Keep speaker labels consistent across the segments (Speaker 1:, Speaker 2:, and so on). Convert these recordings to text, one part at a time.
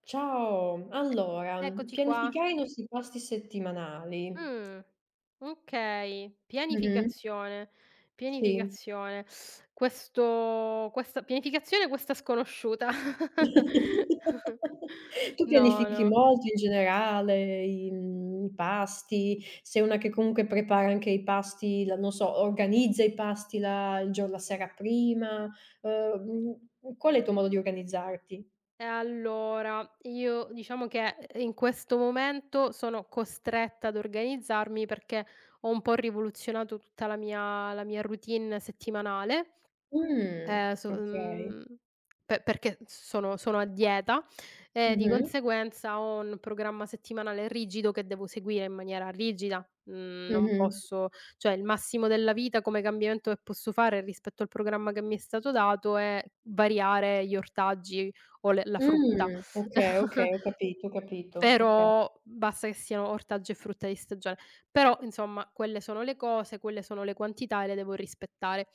Speaker 1: Ciao, allora,
Speaker 2: E eccoci qua.
Speaker 1: pianificare i nostri pasti settimanali.
Speaker 2: Mh, okay.
Speaker 1: Mh-mh.
Speaker 2: Pianificazione,
Speaker 1: Sì.
Speaker 2: pianificazione. Questo questa pianificazione questa sconosciuta.
Speaker 1: Tu
Speaker 2: No,
Speaker 1: pianifichi
Speaker 2: no.
Speaker 1: molto in generale i pasti? Sei una che comunque prepara anche i pasti la non so, organizza i pasti la il gio la sera prima? Uhm, Qual è il tuo modo di organizzarti?
Speaker 2: E allora, io diciamo che, in questo momento sono costretta ad organizzarmi perché ho un po' rivoluzionato tutta la mia routine settimanale.
Speaker 1: Mh,
Speaker 2: Ehm, so
Speaker 1: okay.
Speaker 2: mhmm, pe perché sono a dieta, e di
Speaker 1: Mh-mh,
Speaker 2: conseguenza ho un programma settimanale rigido che devo seguire in maniera rigida. Mhmm, Non
Speaker 1: mh-mh.
Speaker 2: posso, cioè il massimo della vita come cambiamento che posso fare rispetto al programma che mi è stato dato è variare gli ortaggi o le la frutta.
Speaker 1: Okay, okay, ho capito, okay.
Speaker 2: Però basta che siano ortaggi e frutta di stagione. Però insomma quelle sono le cose, quelle sono le quantità e le devo rispettare.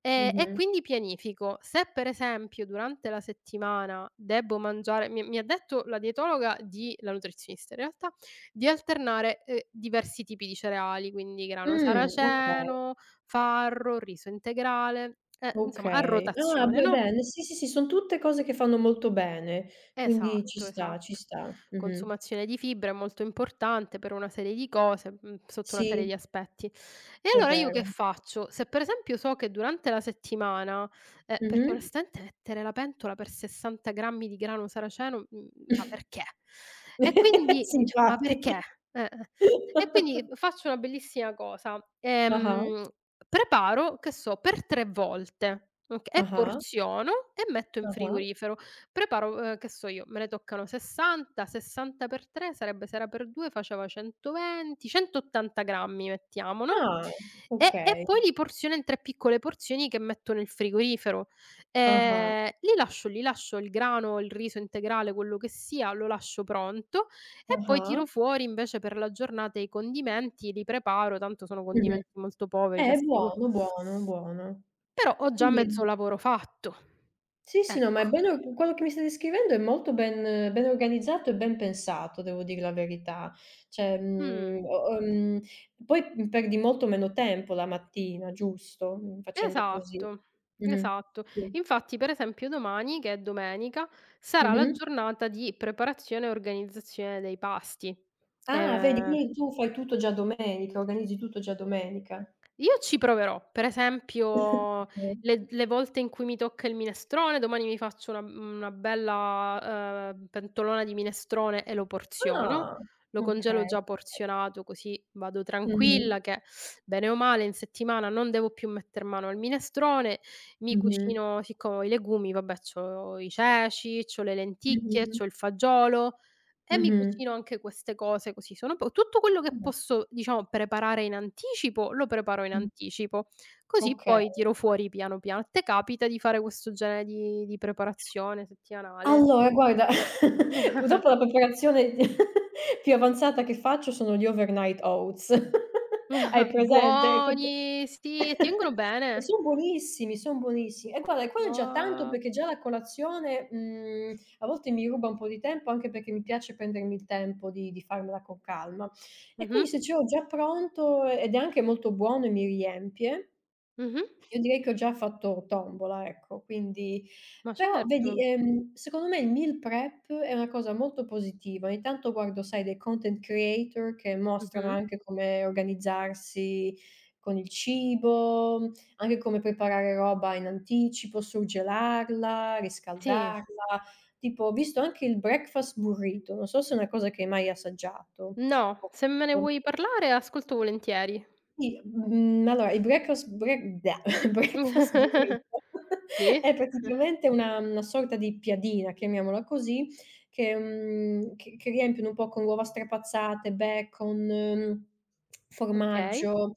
Speaker 2: E
Speaker 1: Mh-mh.
Speaker 2: quindi pianifico. Se per esempio durante la settimana debbo mangiare, mi ha detto la dietologa, di la nutrizionista in realtà, di alternare, diversi tipi di cereali, quindi grano
Speaker 1: Okay,
Speaker 2: saraceno, farro, riso integrale, insomma a
Speaker 1: okay. Ah,
Speaker 2: rotazione,
Speaker 1: boy
Speaker 2: no?
Speaker 1: band, sì, sì, sì, son tutte cose che fanno molto bene, quindi ci
Speaker 2: Esatto,
Speaker 1: sta, ci
Speaker 2: esatto.
Speaker 1: sta. Mh-mh.
Speaker 2: Consumazione di fibra è molto importante per una serie di cose, sotto una serie
Speaker 1: Sì,
Speaker 2: di aspetti. E
Speaker 1: è
Speaker 2: allora io che
Speaker 1: vero.
Speaker 2: faccio? Se per esempio so che durante la settimana, perché
Speaker 1: Mh-mh.
Speaker 2: onestamente mettere la pentola per 60 grammi di grano saraceno, ma perché? E quindi
Speaker 1: Sì,
Speaker 2: cioè, ma
Speaker 1: infatti.
Speaker 2: perché? Eh-eh. E quindi faccio una bellissima cosa:
Speaker 1: Ah-ah,
Speaker 2: preparo, che so, per 3 volte, oka e
Speaker 1: ah-ah,
Speaker 2: porziono e metto in
Speaker 1: ah-ah.
Speaker 2: frigorifero. Preparo, che so io, me ne toccano 60, 60 per 3 sarebbe, se era per 2 faceva 120, 180 grammi mettiamo, no,
Speaker 1: Ah,
Speaker 2: e
Speaker 1: okay.
Speaker 2: poi li porziono in 3 piccole porzioni che metto nel frigorifero.
Speaker 1: Ah-ah,
Speaker 2: Li lascio lì, lascio il grano, il riso integrale, quello che sia, lo lascio pronto, e poi
Speaker 1: ah-ah.
Speaker 2: tiro fuori invece per la giornata i condimenti, li preparo, tanto sono
Speaker 1: Mh-mh.
Speaker 2: condimenti molto poveri, t'assicu
Speaker 1: Buono, buono, buono.
Speaker 2: però ho già mezzo
Speaker 1: Quindi
Speaker 2: lavoro fatto,
Speaker 1: Sì, sì, no, ma è
Speaker 2: ecco.
Speaker 1: ben or quello che mi stai descrivendo è molto ben organizzato e ben pensato, devo dir la verità. Cioè,
Speaker 2: Mh.
Speaker 1: mhmm, o poi, perdi molto meno tempo la mattina, giusto? Mhmm, Facendo così.
Speaker 2: Esatto,
Speaker 1: Mh-mh.
Speaker 2: esatto.
Speaker 1: Sì.
Speaker 2: Infatti, per esempio, domani, che è domenica, sarà la
Speaker 1: Mh-mh.
Speaker 2: giornata di preparazione e organizzazione dei pasti.
Speaker 1: Ah, vedi,
Speaker 2: Ehm
Speaker 1: quindi tu fai tutto già domenica, organizzi tutto già domenica.
Speaker 2: Io ci proverò. Per esempio
Speaker 1: Okay.
Speaker 2: le volte in cui mi tocca il minestrone, domani mi faccio una bella, pentolona di minestrone e lo porziono.
Speaker 1: Ah,
Speaker 2: Lo congelo
Speaker 1: okay.
Speaker 2: già porzionato, così vado
Speaker 1: Mh-mh.
Speaker 2: tranquilla che bene o male in settimana non devo più metter mano al minestrone. Mi
Speaker 1: Mh-mh.
Speaker 2: cucino, siccome ho i legumi, vabbè c'ho i ceci, c'ho le lenticchie,
Speaker 1: Mh-mh.
Speaker 2: c'ho il fagiolo, e mi
Speaker 1: Mh-mh.
Speaker 2: cucino anche queste cose così, sono po tutto quello che posso, diciamo, preparare in anticipo, lo preparo in
Speaker 1: Mh.
Speaker 2: anticipo, così
Speaker 1: Okay.
Speaker 2: poi tiro fuori piano piano. A te capita di fare questo genere di preparazione settimanale?
Speaker 1: Allora guarda, purtroppo la preparazione più avanzata che faccio sono gli overnight oats. Hai presente?
Speaker 2: Buoni, sì, e ti vengono
Speaker 1: E
Speaker 2: bene.
Speaker 1: son buonissimi, son buonissimi. E guarda, quello è già tanto
Speaker 2: Buo
Speaker 1: perché già la colazione, a volte mi ruba un po' di tempo, anche perché mi piace prendermi il tempo di farmela con calma. E
Speaker 2: mh-mh,
Speaker 1: quindi se ce l'ho già pronto ed è anche molto buono e mi riempie,
Speaker 2: mh-mh,
Speaker 1: io direi che ho già fatto tombola, ecco, quindi
Speaker 2: ma
Speaker 1: però vedi,
Speaker 2: certo.
Speaker 1: secondo me il meal prep è una cosa molto positiva. Ogni tanto guardo, sai, dei content creator che mostrano
Speaker 2: Mh-mh.
Speaker 1: anche come organizzarsi con il cibo, anche come preparare roba in anticipo, surgelarla,
Speaker 2: Sì.
Speaker 1: riscaldarla. Tipo ho visto anche il breakfast burrito, non so se è una cosa che hai mai assaggiato
Speaker 2: No, se me ne
Speaker 1: o
Speaker 2: vuoi parlare ascolto volentieri.
Speaker 1: sì, allora il breakfast break da breakfast burrito
Speaker 2: Sì.
Speaker 1: è praticamente una sorta di piadina, chiamiamola così, che mhmm, che riempiono un po' con uova strapazzate, bacon,
Speaker 2: Okay.
Speaker 1: formaggio.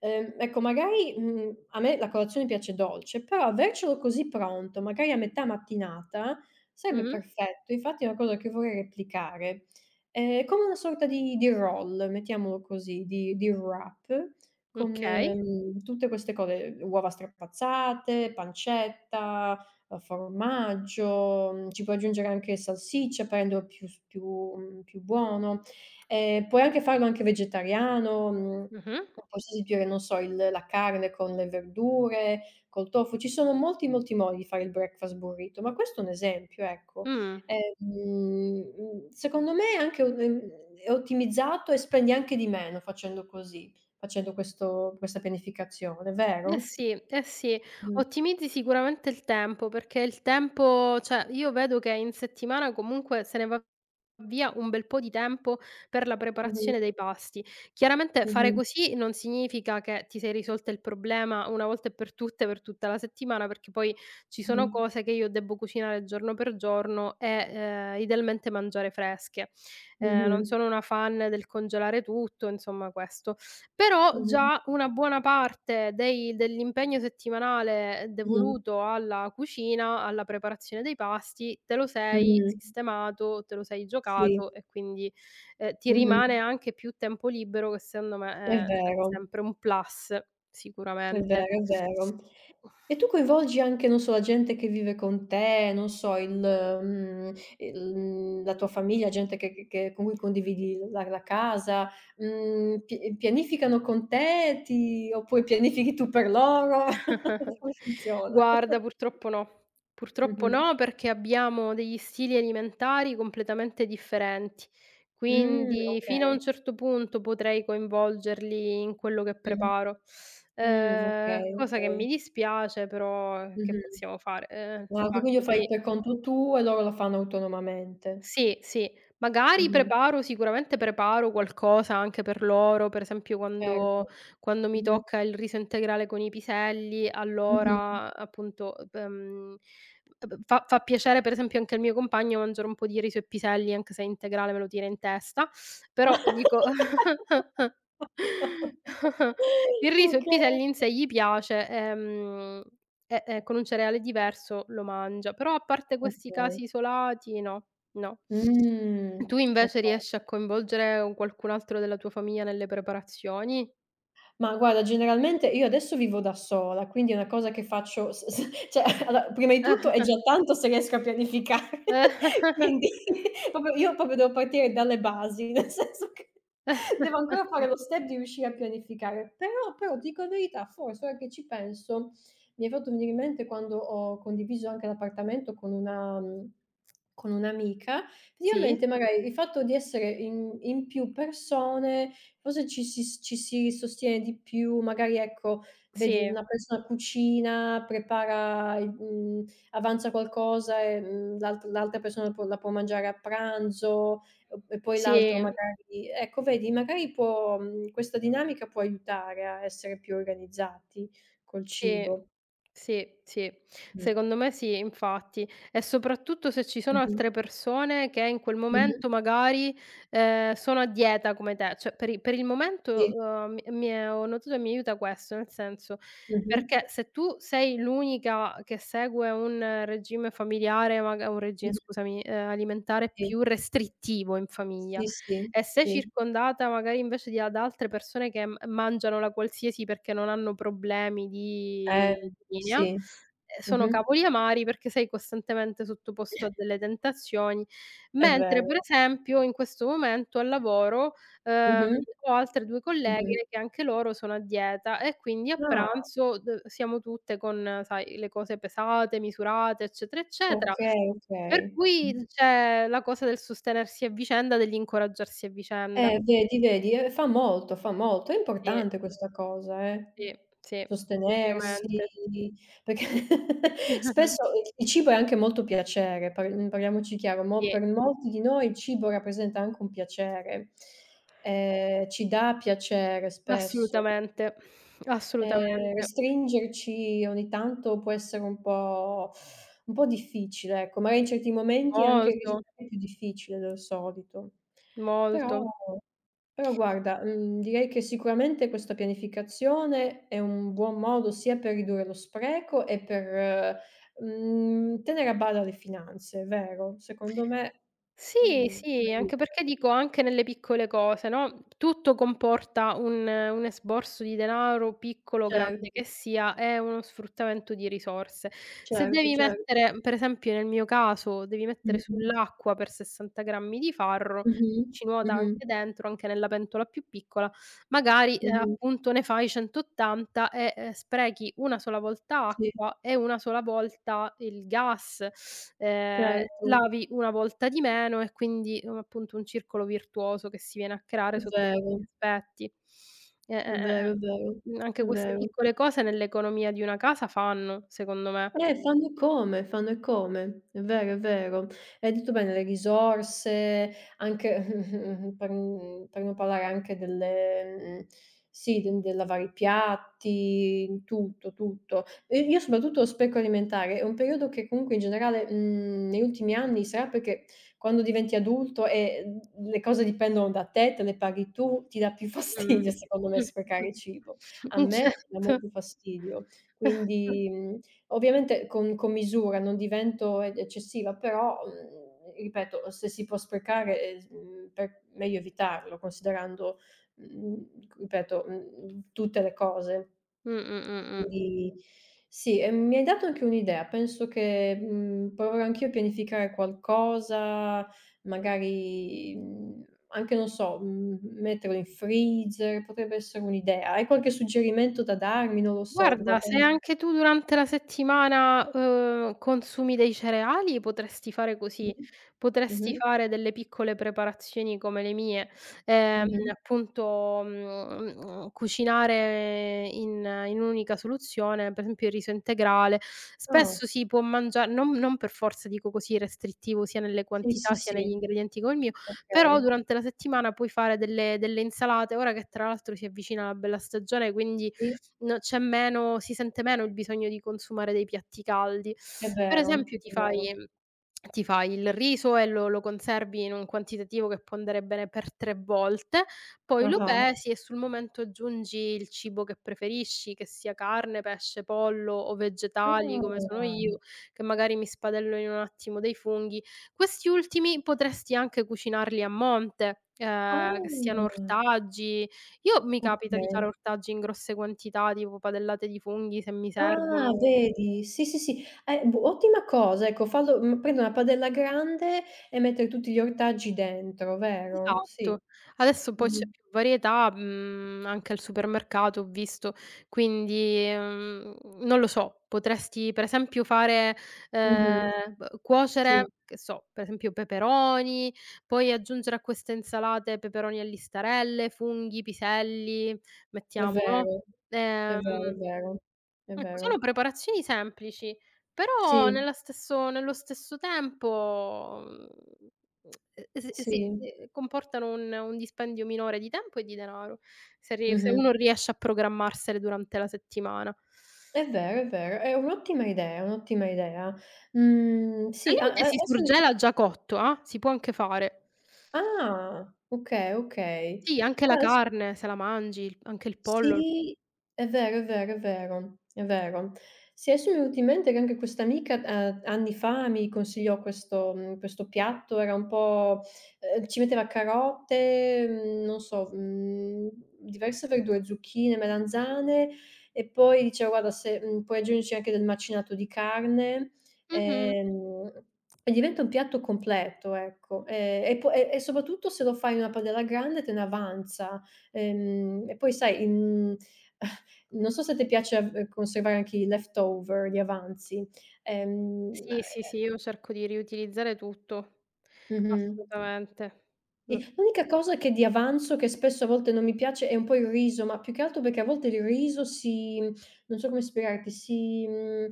Speaker 1: Ecco magari, a me la colazione piace dolce, però avercelo così pronto, magari a metà mattinata, sarebbe
Speaker 2: Mh-mh.
Speaker 1: perfetto. Infatti è una cosa che vorrei replicare. È come una sorta di roll, mettiamolo così, di wrap con,
Speaker 2: Okay.
Speaker 1: tutte queste cose, uova strapazzate, pancetta, formaggio, ci puoi aggiungere anche salsiccia per renderlo più s più mhmm, più buono. Puoi anche farlo anche vegetariano,
Speaker 2: Mh-mh.
Speaker 1: puoi sostituire, non so, il la carne con le verdure, col tofu. Ci sono molti, molti modi di fare il breakfast burrito, ma questo è un esempio, ecco.
Speaker 2: Mh.
Speaker 1: Secondo me è anche un è ottimizzato e spendi anche di meno facendo così. Facendo questo questa pianificazione,
Speaker 2: Eh
Speaker 1: vero?
Speaker 2: sì, eh sì.
Speaker 1: Mh.
Speaker 2: Ottimizzi sicuramente il tempo, perché il tempo, cioè io vedo che in settimana comunque se ne va via un bel po' di tempo per la
Speaker 1: Mh-mh.
Speaker 2: preparazione dei pasti. Chiaramente fare
Speaker 1: Mh-mh.
Speaker 2: così non significa che ti sei risolta il problema una volta e per tutte, per tutta la settimana, perché poi ci sono
Speaker 1: Mh-mh.
Speaker 2: cose che io debbo cucinare giorno per giorno e, idealmente mangiare fresche. Non
Speaker 1: Mh-mh.
Speaker 2: sono una fan del congelare tutto, insomma questo. Però
Speaker 1: Mh-mh.
Speaker 2: già una buona parte dei dell'impegno settimanale devoluto alla cucina, alla preparazione dei pasti, te lo sei
Speaker 1: Mh-mh.
Speaker 2: sistemato, te lo sei
Speaker 1: Sì.
Speaker 2: giocato e quindi, ti
Speaker 1: Mh-mh.
Speaker 2: rimane anche più tempo libero, che secondo me
Speaker 1: È
Speaker 2: è
Speaker 1: vero,
Speaker 2: sempre un plus
Speaker 1: è vero,
Speaker 2: sicuramente.
Speaker 1: è vero. E tu coinvolgi anche, non so, la gente che vive con te, non so, la tua famiglia, gente che con cui condividi la casa, pi pianificano con te, ti oppure pianifichi tu per loro? Come funziona?
Speaker 2: Guarda, purtroppo no. Purtroppo
Speaker 1: Mh-mh.
Speaker 2: no, perché abbiamo degli stili alimentari completamente differenti. Quindi fino
Speaker 1: Okay.
Speaker 2: a un certo punto potrei coinvolgerli in quello che
Speaker 1: Mh-mh.
Speaker 2: preparo,
Speaker 1: Okay,
Speaker 2: cosa che mi
Speaker 1: okay.
Speaker 2: dispiace, però che
Speaker 1: Mh-mh.
Speaker 2: possiamo fare?
Speaker 1: Ah, che
Speaker 2: Va
Speaker 1: quindi lo fai
Speaker 2: così.
Speaker 1: per conto tuo e loro lo fanno autonomamente.
Speaker 2: Sì, sì. Magari
Speaker 1: Mh-mh.
Speaker 2: preparo, sicuramente preparo qualcosa anche per loro, per esempio
Speaker 1: Certo.
Speaker 2: quando mi
Speaker 1: Mh-mh.
Speaker 2: tocca il riso integrale con i piselli,
Speaker 1: Mh-mh.
Speaker 2: allora appunto, b fa piacere per esempio anche al mio compagno mangiare un po' di riso e piselli, anche se integrale me lo tira in testa, però dico il riso e i
Speaker 1: Okay.
Speaker 2: piselli in sé gli piace, e con un cereale diverso lo mangia, però a parte questi
Speaker 1: Okay.
Speaker 2: casi isolati no. No. Tu invece
Speaker 1: Okay.
Speaker 2: riesci a coinvolgere un qualcun altro della tua famiglia nelle preparazioni?
Speaker 1: Ma guarda, generalmente io adesso vivo da sola, quindi è una cosa che faccio s s cioè allora, prima di tutto è già tanto se riesco a pianificare, quindi proprio io proprio devo partire dalle basi, nel senso che devo ancora fare lo step di riuscire a pianificare. Però ti dico la verità, forse ora che ci penso, mi hai fatto venire in mente quando ho condiviso anche l'appartamento con con un'amica,
Speaker 2: Sì?
Speaker 1: effettivamente magari il fatto di essere in più persone. Forse ci si sostiene di più, magari ecco, vedi
Speaker 2: Sì,
Speaker 1: una persona cucina, prepara avanza qualcosa e, l'altra persona può mangiare a pranzo, e p e poi l'altro
Speaker 2: sì.
Speaker 1: magari ecco vedi, magari questa dinamica può aiutare a essere più organizzati col
Speaker 2: Sì,
Speaker 1: cibo.
Speaker 2: sì, sì.
Speaker 1: Mh.
Speaker 2: Secondo me sì, infatti. E soprattutto se ci sono
Speaker 1: Mh-mh.
Speaker 2: altre persone che in quel
Speaker 1: Mh-mh.
Speaker 2: momento magari, sono a dieta come te. Cioè per i per il momento,
Speaker 1: Sì.
Speaker 2: mi mi è ho notato che mi aiuta questo, nel senso,
Speaker 1: Mh-mh.
Speaker 2: perché se tu sei l'unica che segue un regime familiare, maga un regime,
Speaker 1: Mh-mh.
Speaker 2: scusami, alimentare
Speaker 1: Sì.
Speaker 2: più restrittivo in famiglia,
Speaker 1: Sì, sì,
Speaker 2: e sei
Speaker 1: sì.
Speaker 2: circondata magari invece di ad altre persone che m mangiano la qualsiasi perché non hanno problemi
Speaker 1: Eh,
Speaker 2: di linea,
Speaker 1: sì.
Speaker 2: sono
Speaker 1: Mh-mh.
Speaker 2: cavoli amari perché sei costantemente sottoposto a delle tentazioni.
Speaker 1: È
Speaker 2: Mentre per
Speaker 1: vero.
Speaker 2: esempio in questo momento al lavoro, ehm,
Speaker 1: Mh-mh.
Speaker 2: ho altre 2
Speaker 1: Mh-mh.
Speaker 2: colleghe che anche loro sono a dieta, e quindi a
Speaker 1: Ah,
Speaker 2: pranzo d siamo tutte con, sai, le cose pesate, misurate, eccetera, eccetera,
Speaker 1: okay,
Speaker 2: per
Speaker 1: okay.
Speaker 2: cui
Speaker 1: Mh.
Speaker 2: c'è la cosa del sostenersi a vicenda, dell'incoraggiarsi a vicenda.
Speaker 1: Vedi, vedi, fa molto, fa molto. È
Speaker 2: Sì,
Speaker 1: importante questa cosa, eh.
Speaker 2: sì, sì, indubbiamente.
Speaker 1: Sostenersi, perché spesso il cibo è anche molto piacere, parliamoci chiaro, mo
Speaker 2: Sì,
Speaker 1: per molti di noi il cibo rappresenta anche un piacere, ci dà piacere spesso.
Speaker 2: assolutamente, assolutamente.
Speaker 1: Restringerci ogni tanto può essere un po' difficile, ecco. Magari in certi momenti anche
Speaker 2: Molto,
Speaker 1: risultare più difficile del solito. Però
Speaker 2: molto.
Speaker 1: però guarda, direi che sicuramente questa pianificazione è un buon modo sia per ridurre lo spreco e per, tenere a bada le finanze, è vero? Secondo me,
Speaker 2: Sì,
Speaker 1: mhmm,
Speaker 2: sì, anche
Speaker 1: aiuta.
Speaker 2: perché dico, anche nelle piccole cose, no, tutto comporta un esborso di denaro, piccolo o grande
Speaker 1: Certo,
Speaker 2: che sia, è uno sfruttamento di risorse. Se
Speaker 1: certo,
Speaker 2: devi
Speaker 1: certo.
Speaker 2: mettere, per esempio nel mio caso, devi mettere
Speaker 1: Mh-mh.
Speaker 2: sull'acqua per 60 grammi di farro,
Speaker 1: Mh-mh.
Speaker 2: ci nuota
Speaker 1: Mh-mh.
Speaker 2: anche dentro, anche nella pentola più piccola, magari,
Speaker 1: Mh-mh.
Speaker 2: appunto ne fai 180 e, sprechi una sola volta
Speaker 1: Sì.
Speaker 2: acqua e una sola volta il gas.
Speaker 1: Certo,
Speaker 2: Lavi una volta di meno e quindi, appunto un circolo virtuoso che si viene a creare
Speaker 1: è
Speaker 2: sotto tanti
Speaker 1: vero,
Speaker 2: aspetti. Eh, eh,
Speaker 1: è
Speaker 2: eh,
Speaker 1: vero,
Speaker 2: eh.
Speaker 1: è vero,
Speaker 2: Mh-mh, anche
Speaker 1: è
Speaker 2: queste
Speaker 1: vero.
Speaker 2: piccole cose nell'economia di una casa fanno, secondo me.
Speaker 1: Fanno e come, fanno e come. È vero, è vero. Hai detto bene, le risorse, anche per n per non parlare anche sì, del lavare i piatti, tutto, tutto. E io soprattutto lo spreco alimentare, è un periodo che comunque in generale, negli ultimi anni sarà perché quando diventi adulto e le cose dipendono da te, te le paghi tu, ti dà più
Speaker 2: Mh.
Speaker 1: fastidio secondo me sprecare cibo. A me dà
Speaker 2: Certo.
Speaker 1: molto fastidio. Quindi, mhmm Ovviamente con misura, non divento eccessiva, però, ripeto, se si può sprecare, per meglio evitarlo, considerando, ripeto, tutte le cose.
Speaker 2: Mh, mh, mh, mh.
Speaker 1: Quindi sì, e mi hai dato anche un'idea, penso che, proverò anch'io a pianificare qualcosa, magari, anche non so, metterlo in freezer, potrebbe essere un'idea. Hai qualche suggerimento da darmi? Non lo so, di
Speaker 2: Guarda,
Speaker 1: qualcosa
Speaker 2: se anche tu durante la settimana, consumi dei cereali, potresti fare così,
Speaker 1: mh-mh,
Speaker 2: potresti
Speaker 1: mh-mh.
Speaker 2: fare delle piccole preparazioni come le mie, ehm,
Speaker 1: Mh-mh.
Speaker 2: appunto, cucinare in un'unica soluzione, per esempio il riso integrale.
Speaker 1: Ah.
Speaker 2: Spesso si può mangia non per forza dico così restrittivo sia nelle
Speaker 1: Sì,
Speaker 2: quantità
Speaker 1: sì,
Speaker 2: sia negli
Speaker 1: sì.
Speaker 2: ingredienti come il mio, però
Speaker 1: Okay.
Speaker 2: durante la settimana puoi fare delle insalate, ora che tra l'altro si avvicina la bella stagione, quindi
Speaker 1: Sì,
Speaker 2: no, c'è meno si sente meno il bisogno di consumare dei piatti caldi.
Speaker 1: è
Speaker 2: Per esempio
Speaker 1: vero,
Speaker 2: ti
Speaker 1: è vero.
Speaker 2: fai ti fai il riso e lo conservi in un quantitativo che può andare bene per 3 volte, poi lo
Speaker 1: Ah-ah.
Speaker 2: pesi e sul momento aggiungi il cibo che preferisci, che sia carne, pesce, pollo o vegetali come sono io,
Speaker 1: Ah.
Speaker 2: che magari mi spadello in un attimo dei funghi. Questi ultimi potresti anche cucinarli a monte,
Speaker 1: Ah,
Speaker 2: che siano ortaggi, io mi capita di
Speaker 1: okay.
Speaker 2: fare ortaggi in grosse quantità, tipo padellate di funghi se mi
Speaker 1: Ah,
Speaker 2: servono.
Speaker 1: vedi? Sì, sì, sì. B Ottima cosa, ecco, prendere una padella grande e mettere tutti gli ortaggi dentro, vero? Sì.
Speaker 2: Esatto. Adesso poi c'è
Speaker 1: Mh-mh.
Speaker 2: più varietà, anche al supermercato ho visto, quindi, non lo so, potresti per esempio fare,
Speaker 1: Mh-mh.
Speaker 2: b
Speaker 1: Sì,
Speaker 2: cuocere, che so, per esempio peperoni, poi aggiungere a queste insalate peperoni e listarelle, funghi, piselli,
Speaker 1: è
Speaker 2: mettiamo, no,
Speaker 1: vero, è
Speaker 2: ehm
Speaker 1: vero, è vero. È
Speaker 2: ecco, sono
Speaker 1: vero.
Speaker 2: preparazioni semplici, però
Speaker 1: Sì,
Speaker 2: nella stesso nello stesso tempo, e s sì,
Speaker 1: sì.
Speaker 2: comportano un dispendio minore di tempo e di denaro, se
Speaker 1: Mh-mh.
Speaker 2: uno riesce a programmarsele durante la settimana.
Speaker 1: È vero, è vero, è un'ottima idea, è un'ottima idea.
Speaker 2: Al
Speaker 1: Sì, a a
Speaker 2: limite si
Speaker 1: adesso mi
Speaker 2: surgela già cotto, ah, si può anche fare.
Speaker 1: ah, okay, okay.
Speaker 2: Sì, anche la
Speaker 1: Guarda s
Speaker 2: carne se la mangi, il anche il pollo.
Speaker 1: Sì, è vero, è vero, è vero, è vero. Sì, adesso mi è venuto in mente che anche questa amica, anni fa mi consigliò questo piatto, era un po' ci metteva carote, non so, diverse verdure, zucchine, melanzane e poi diceva: "Guarda se puoi aggiungerci anche del macinato di carne",
Speaker 2: Mh-mh.
Speaker 1: ehm, e diventa un piatto completo, ecco. E po e soprattutto se lo fai in una padella grande te ne avanza. E poi sai, non so se te piace av conservare anche i leftover, gli avanzi. Ehm, ma
Speaker 2: Sì, sì, sì,
Speaker 1: e
Speaker 2: io cerco di riutilizzare tutto.
Speaker 1: Mh-mh.
Speaker 2: Assolutamente. Ass
Speaker 1: Sì, l'unica cosa che di avanzo che spesso a volte non mi piace è un po' il riso, ma più che altro perché a volte il riso non so come spiegarti, si mhmm,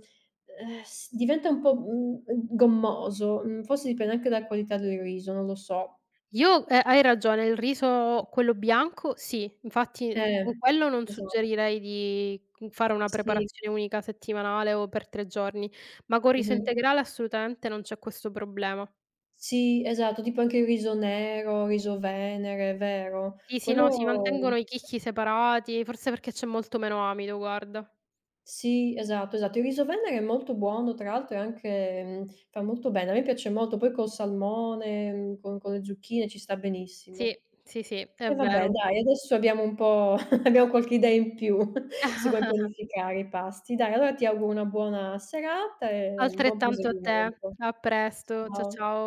Speaker 1: s diventa un po', gommoso. Mhmm, Forse dipende anche dalla qualità del riso, non lo so.
Speaker 2: Io hai ragione, il riso quello bianco sì, infatti,
Speaker 1: Eh,
Speaker 2: con quello non
Speaker 1: esa
Speaker 2: suggerirei di, fare una
Speaker 1: Sì.
Speaker 2: preparazione unica settimanale o per 3 giorni, ma con riso
Speaker 1: Mh-mh.
Speaker 2: integrale assolutamente non c'è questo problema.
Speaker 1: Sì, esatto, tipo anche il riso nero, riso venere, vero?
Speaker 2: Sì, sì, no, si
Speaker 1: Quello
Speaker 2: mantengono i chicchi separati, forse perché c'è molto meno amido, guarda.
Speaker 1: sì, esatto, esatto. Il riso venere è molto buono, tra l'altro è anche fa molto bene. A me piace molto, poi col salmone, con le zucchine ci sta
Speaker 2: Sì,
Speaker 1: benissimo.
Speaker 2: sì, sì, è
Speaker 1: E vabbè
Speaker 2: vero.
Speaker 1: dai, adesso abbiamo un po' abbiamo qualche idea in più su come pianificare i pasti. Dai, allora ti auguro una buona serata e un buon
Speaker 2: Altrettanto a te.
Speaker 1: proseguimento.
Speaker 2: A presto.
Speaker 1: Ciao.
Speaker 2: Ciao.